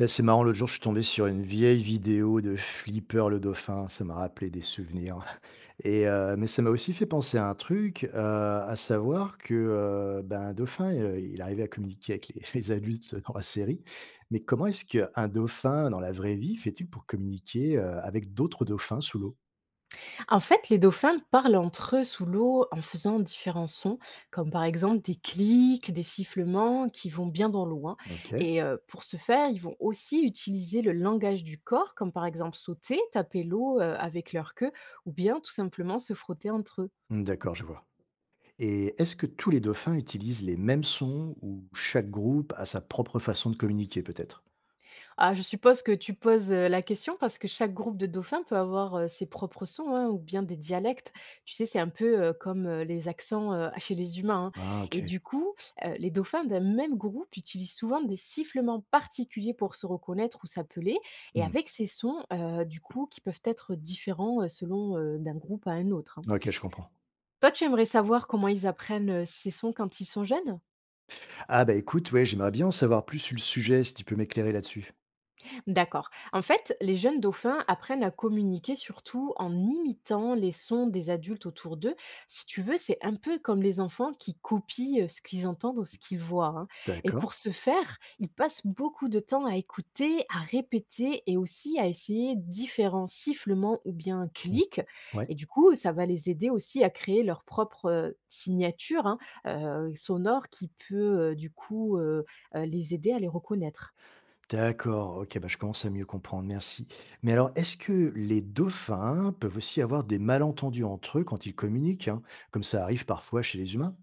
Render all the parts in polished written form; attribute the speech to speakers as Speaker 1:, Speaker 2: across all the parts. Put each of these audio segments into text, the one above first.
Speaker 1: C'est marrant, l'autre jour, je suis tombé sur une vieille vidéo de Flipper le dauphin. Ça m'a rappelé des souvenirs. Mais ça m'a aussi fait penser à un truc, à savoir que un dauphin, il arrivait à communiquer avec les adultes dans la série. Mais comment est-ce qu'un dauphin, dans la vraie vie, fait-il pour communiquer avec d'autres dauphins sous l'eau?
Speaker 2: En fait, les dauphins parlent entre eux sous l'eau en faisant différents sons, comme par exemple des clics, des sifflements qui vont bien dans l'eau, hein.
Speaker 1: Ok.
Speaker 2: Pour ce faire, ils vont aussi utiliser le langage du corps, comme par exemple sauter, taper l'eau avec leur queue, ou bien tout simplement se frotter entre eux.
Speaker 1: Hmm. D'accord, je vois. Et est-ce que tous les dauphins utilisent les mêmes sons, ou chaque groupe a sa propre façon de communiquer, peut-être?
Speaker 2: Ah, je suppose que tu poses, la question parce que chaque groupe de dauphins peut avoir, ses propres sons, hein, ou bien des dialectes. Tu sais, c'est un peu, comme, les accents, chez les humains, hein.
Speaker 1: Ah,
Speaker 2: Et
Speaker 1: ok.
Speaker 2: du coup, les dauphins d'un même groupe utilisent souvent des sifflements particuliers pour se reconnaître ou s'appeler, et
Speaker 1: Hmm.
Speaker 2: avec ces sons, du coup, qui peuvent être différents, selon, d'un groupe à un autre, hein.
Speaker 1: Ok, je comprends.
Speaker 2: Toi, tu aimerais savoir comment ils apprennent, ces sons quand ils sont jeunes?
Speaker 1: Ah bah écoute, ouais, j'aimerais bien en savoir plus sur le sujet, si tu peux m'éclairer là-dessus.
Speaker 2: D'accord. En fait, les jeunes dauphins apprennent à communiquer surtout en imitant les sons des adultes autour d'eux. Si tu veux, c'est un peu comme les enfants qui copient ce qu'ils entendent ou ce qu'ils voient, hein. Et
Speaker 1: D'accord.
Speaker 2: pour ce faire, ils passent beaucoup de temps à écouter, à répéter et aussi à essayer différents sifflements ou bien
Speaker 1: Mmh.
Speaker 2: clics.
Speaker 1: Ouais.
Speaker 2: Et du coup, ça va les aider aussi à créer leur propre signature, hein, sonore qui peut euh, du coup euh, les aider à les reconnaître.
Speaker 1: D'accord, ok, bah je commence à mieux comprendre, merci. Mais alors, est-ce que les dauphins peuvent aussi avoir des malentendus entre eux quand ils communiquent, hein, comme ça arrive parfois chez les humains?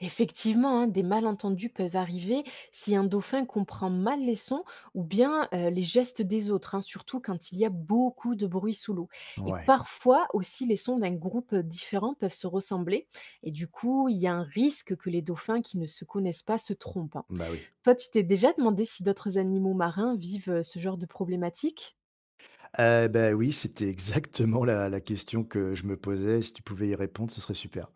Speaker 2: Effectivement, hein, des malentendus peuvent arriver si un dauphin comprend mal les sons ou bien les gestes des autres, hein, surtout quand il y a beaucoup de bruit sous l'eau. Et
Speaker 1: Ouais,
Speaker 2: parfois aussi, les sons d'un groupe différent peuvent se ressembler. Et du coup, il y a un risque que les dauphins qui ne se connaissent pas se trompent, hein.
Speaker 1: bah oui.
Speaker 2: Toi, tu t'es déjà demandé si d'autres animaux marins vivent ce genre de problématique?
Speaker 1: Bah oui, c'était exactement la question que je me posais. Si tu pouvais y répondre, ce serait super.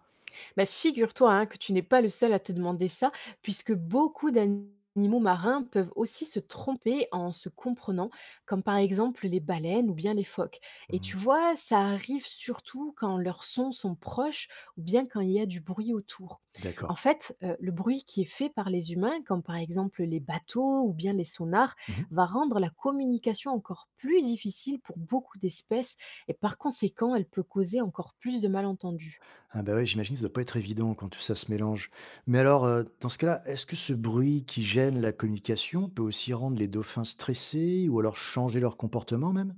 Speaker 2: Bah, figure-toi, hein, que tu n'es pas le seul à te demander ça, puisque beaucoup d'animaux marins peuvent aussi se tromper en se comprenant, comme par exemple les baleines ou bien les phoques. Et
Speaker 1: Mmh.
Speaker 2: tu vois, ça arrive surtout quand leurs sons sont proches ou bien quand il y a du bruit autour. En
Speaker 1: D'accord.
Speaker 2: fait, le bruit qui est fait par les humains, comme par exemple les bateaux ou bien les sonars, va rendre la communication encore plus difficile pour beaucoup d'espèces, et par conséquent, elle peut causer encore plus de malentendus.
Speaker 1: Ah bah, ouais, j'imagine que ça doit pas être évident quand tout ça se mélange. Mais alors, dans ce cas-là, est-ce que ce bruit qui gêne la communication peut aussi rendre les dauphins stressés, ou alors changer leur comportement même?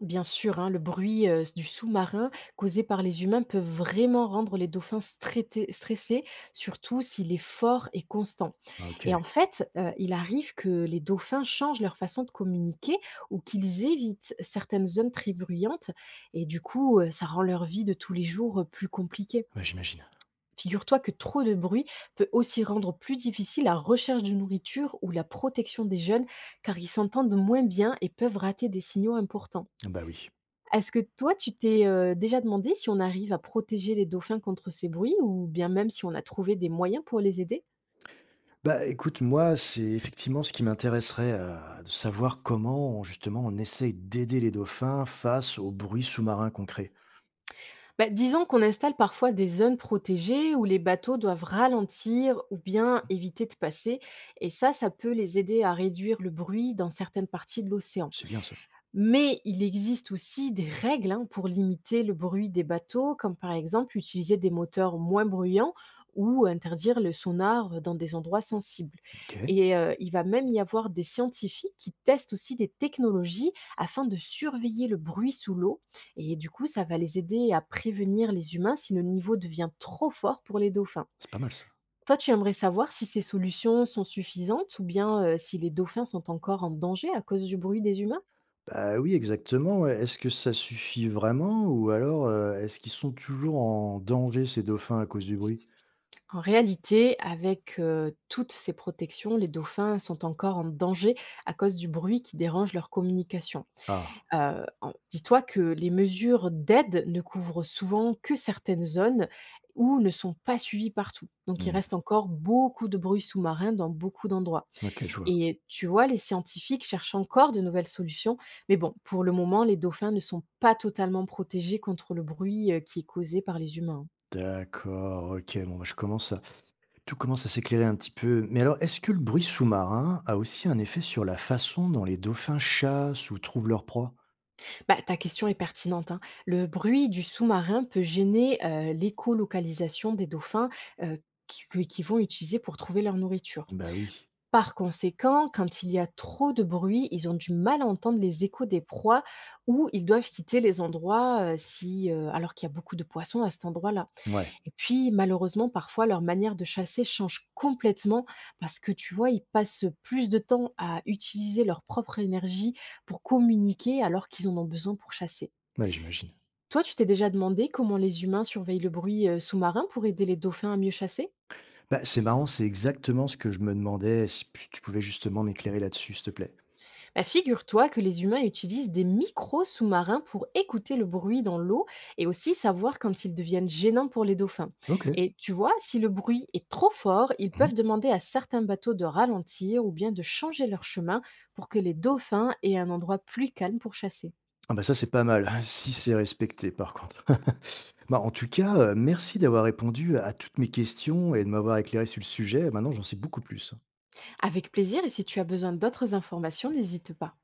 Speaker 2: Bien sûr, hein, le bruit du sous-marin causé par les humains peut vraiment rendre les dauphins stressés, surtout s'il est fort et constant. Et
Speaker 1: OK,
Speaker 2: en fait, il arrive que les dauphins changent leur façon de communiquer ou qu'ils évitent certaines zones très bruyantes, et du coup, ça rend leur vie de tous les jours plus compliquée.
Speaker 1: bah, j'imagine.
Speaker 2: Figure-toi que trop de bruit peut aussi rendre plus difficile la recherche de nourriture ou la protection des jeunes, car ils s'entendent moins bien et peuvent rater des signaux importants.
Speaker 1: Ah bah, oui.
Speaker 2: Est-ce que toi, tu t'es, déjà demandé si on arrive à protéger les dauphins contre ces bruits ou bien même si on a trouvé des moyens pour les aider?
Speaker 1: Bah, écoute, moi, c'est effectivement ce qui m'intéresserait, de savoir comment on, justement, on essaye d'aider les dauphins face aux bruits sous-marins concrets.
Speaker 2: Bah, disons qu'on installe parfois des zones protégées où les bateaux doivent ralentir ou bien éviter de passer, et ça peut les aider à réduire le bruit dans certaines parties de l'océan.
Speaker 1: C'est bien ça.
Speaker 2: Mais il existe aussi des règles, hein, pour limiter le bruit des bateaux, comme par exemple utiliser des moteurs moins bruyants ou interdire le sonar dans des endroits sensibles.
Speaker 1: OK,
Speaker 2: Il va même y avoir des scientifiques qui testent aussi des technologies afin de surveiller le bruit sous l'eau. Et du coup, ça va les aider à prévenir les humains si le niveau devient trop fort pour les dauphins.
Speaker 1: c'est pas mal ça.
Speaker 2: Toi, tu aimerais savoir si ces solutions sont suffisantes ou bien si les dauphins sont encore en danger à cause du bruit des humains?
Speaker 1: Bah, oui, exactement, ouais. Est-ce que ça suffit vraiment, ou alors, est-ce qu'ils sont toujours en danger ces dauphins à cause du bruit?
Speaker 2: En réalité, avec toutes ces protections, les dauphins sont encore en danger à cause du bruit qui dérange leur communication.
Speaker 1: Ah,
Speaker 2: En dis-toi que les mesures d'aide ne couvrent souvent que certaines zones ou ne sont pas suivies partout. Donc il
Speaker 1: mmh,
Speaker 2: reste encore beaucoup de bruit sous-marin dans beaucoup d'endroits,
Speaker 1: OK, je vois.
Speaker 2: et tu vois, les scientifiques cherchent encore de nouvelles solutions, mais bon, pour le moment, les dauphins ne sont pas totalement protégés contre le bruit, qui est causé par les humains, hein.
Speaker 1: D'accord, OK, bon, bah, je commence à tout commence à s'éclairer un petit peu. Mais alors, est-ce que le bruit sous-marin a aussi un effet sur la façon dont les dauphins chassent ou trouvent leur proie?
Speaker 2: Bah, ta question est pertinente, hein. Le bruit du sous-marin peut gêner l'écolocalisation des dauphins euh, qui vont utiliser pour trouver leur nourriture.
Speaker 1: Bah, oui.
Speaker 2: Par conséquent, quand il y a trop de bruit, ils ont du mal à entendre les échos des proies ou ils doivent quitter les endroits si, alors qu'il y a beaucoup de poissons à cet endroit-là.
Speaker 1: Ouais,
Speaker 2: Et puis, malheureusement, parfois, leur manière de chasser change complètement parce que, tu vois, ils passent plus de temps à utiliser leur propre énergie pour communiquer alors qu'ils en ont besoin pour chasser.
Speaker 1: ouais, j'imagine.
Speaker 2: Toi, tu t'es déjà demandé comment les humains surveillent le bruit sous-marin pour aider les dauphins à mieux chasser?
Speaker 1: Bah, c'est marrant, c'est exactement ce que je me demandais, si tu pouvais justement m'éclairer là-dessus, s'il te plaît.
Speaker 2: Bah, figure-toi que les humains utilisent des micros sous-marins pour écouter le bruit dans l'eau et aussi savoir quand ils deviennent gênants pour les dauphins.
Speaker 1: OK.
Speaker 2: Et tu vois, si le bruit est trop fort, ils
Speaker 1: Mmh.
Speaker 2: peuvent demander à certains bateaux de ralentir ou bien de changer leur chemin pour que les dauphins aient un endroit plus calme pour chasser.
Speaker 1: Ah bah ça, c'est pas mal, si c'est respecté par contre. Bah, en tout cas, merci d'avoir répondu à toutes mes questions et de m'avoir éclairé sur le sujet. Maintenant, j'en sais beaucoup plus.
Speaker 2: Avec plaisir, et si tu as besoin d'autres informations, n'hésite pas.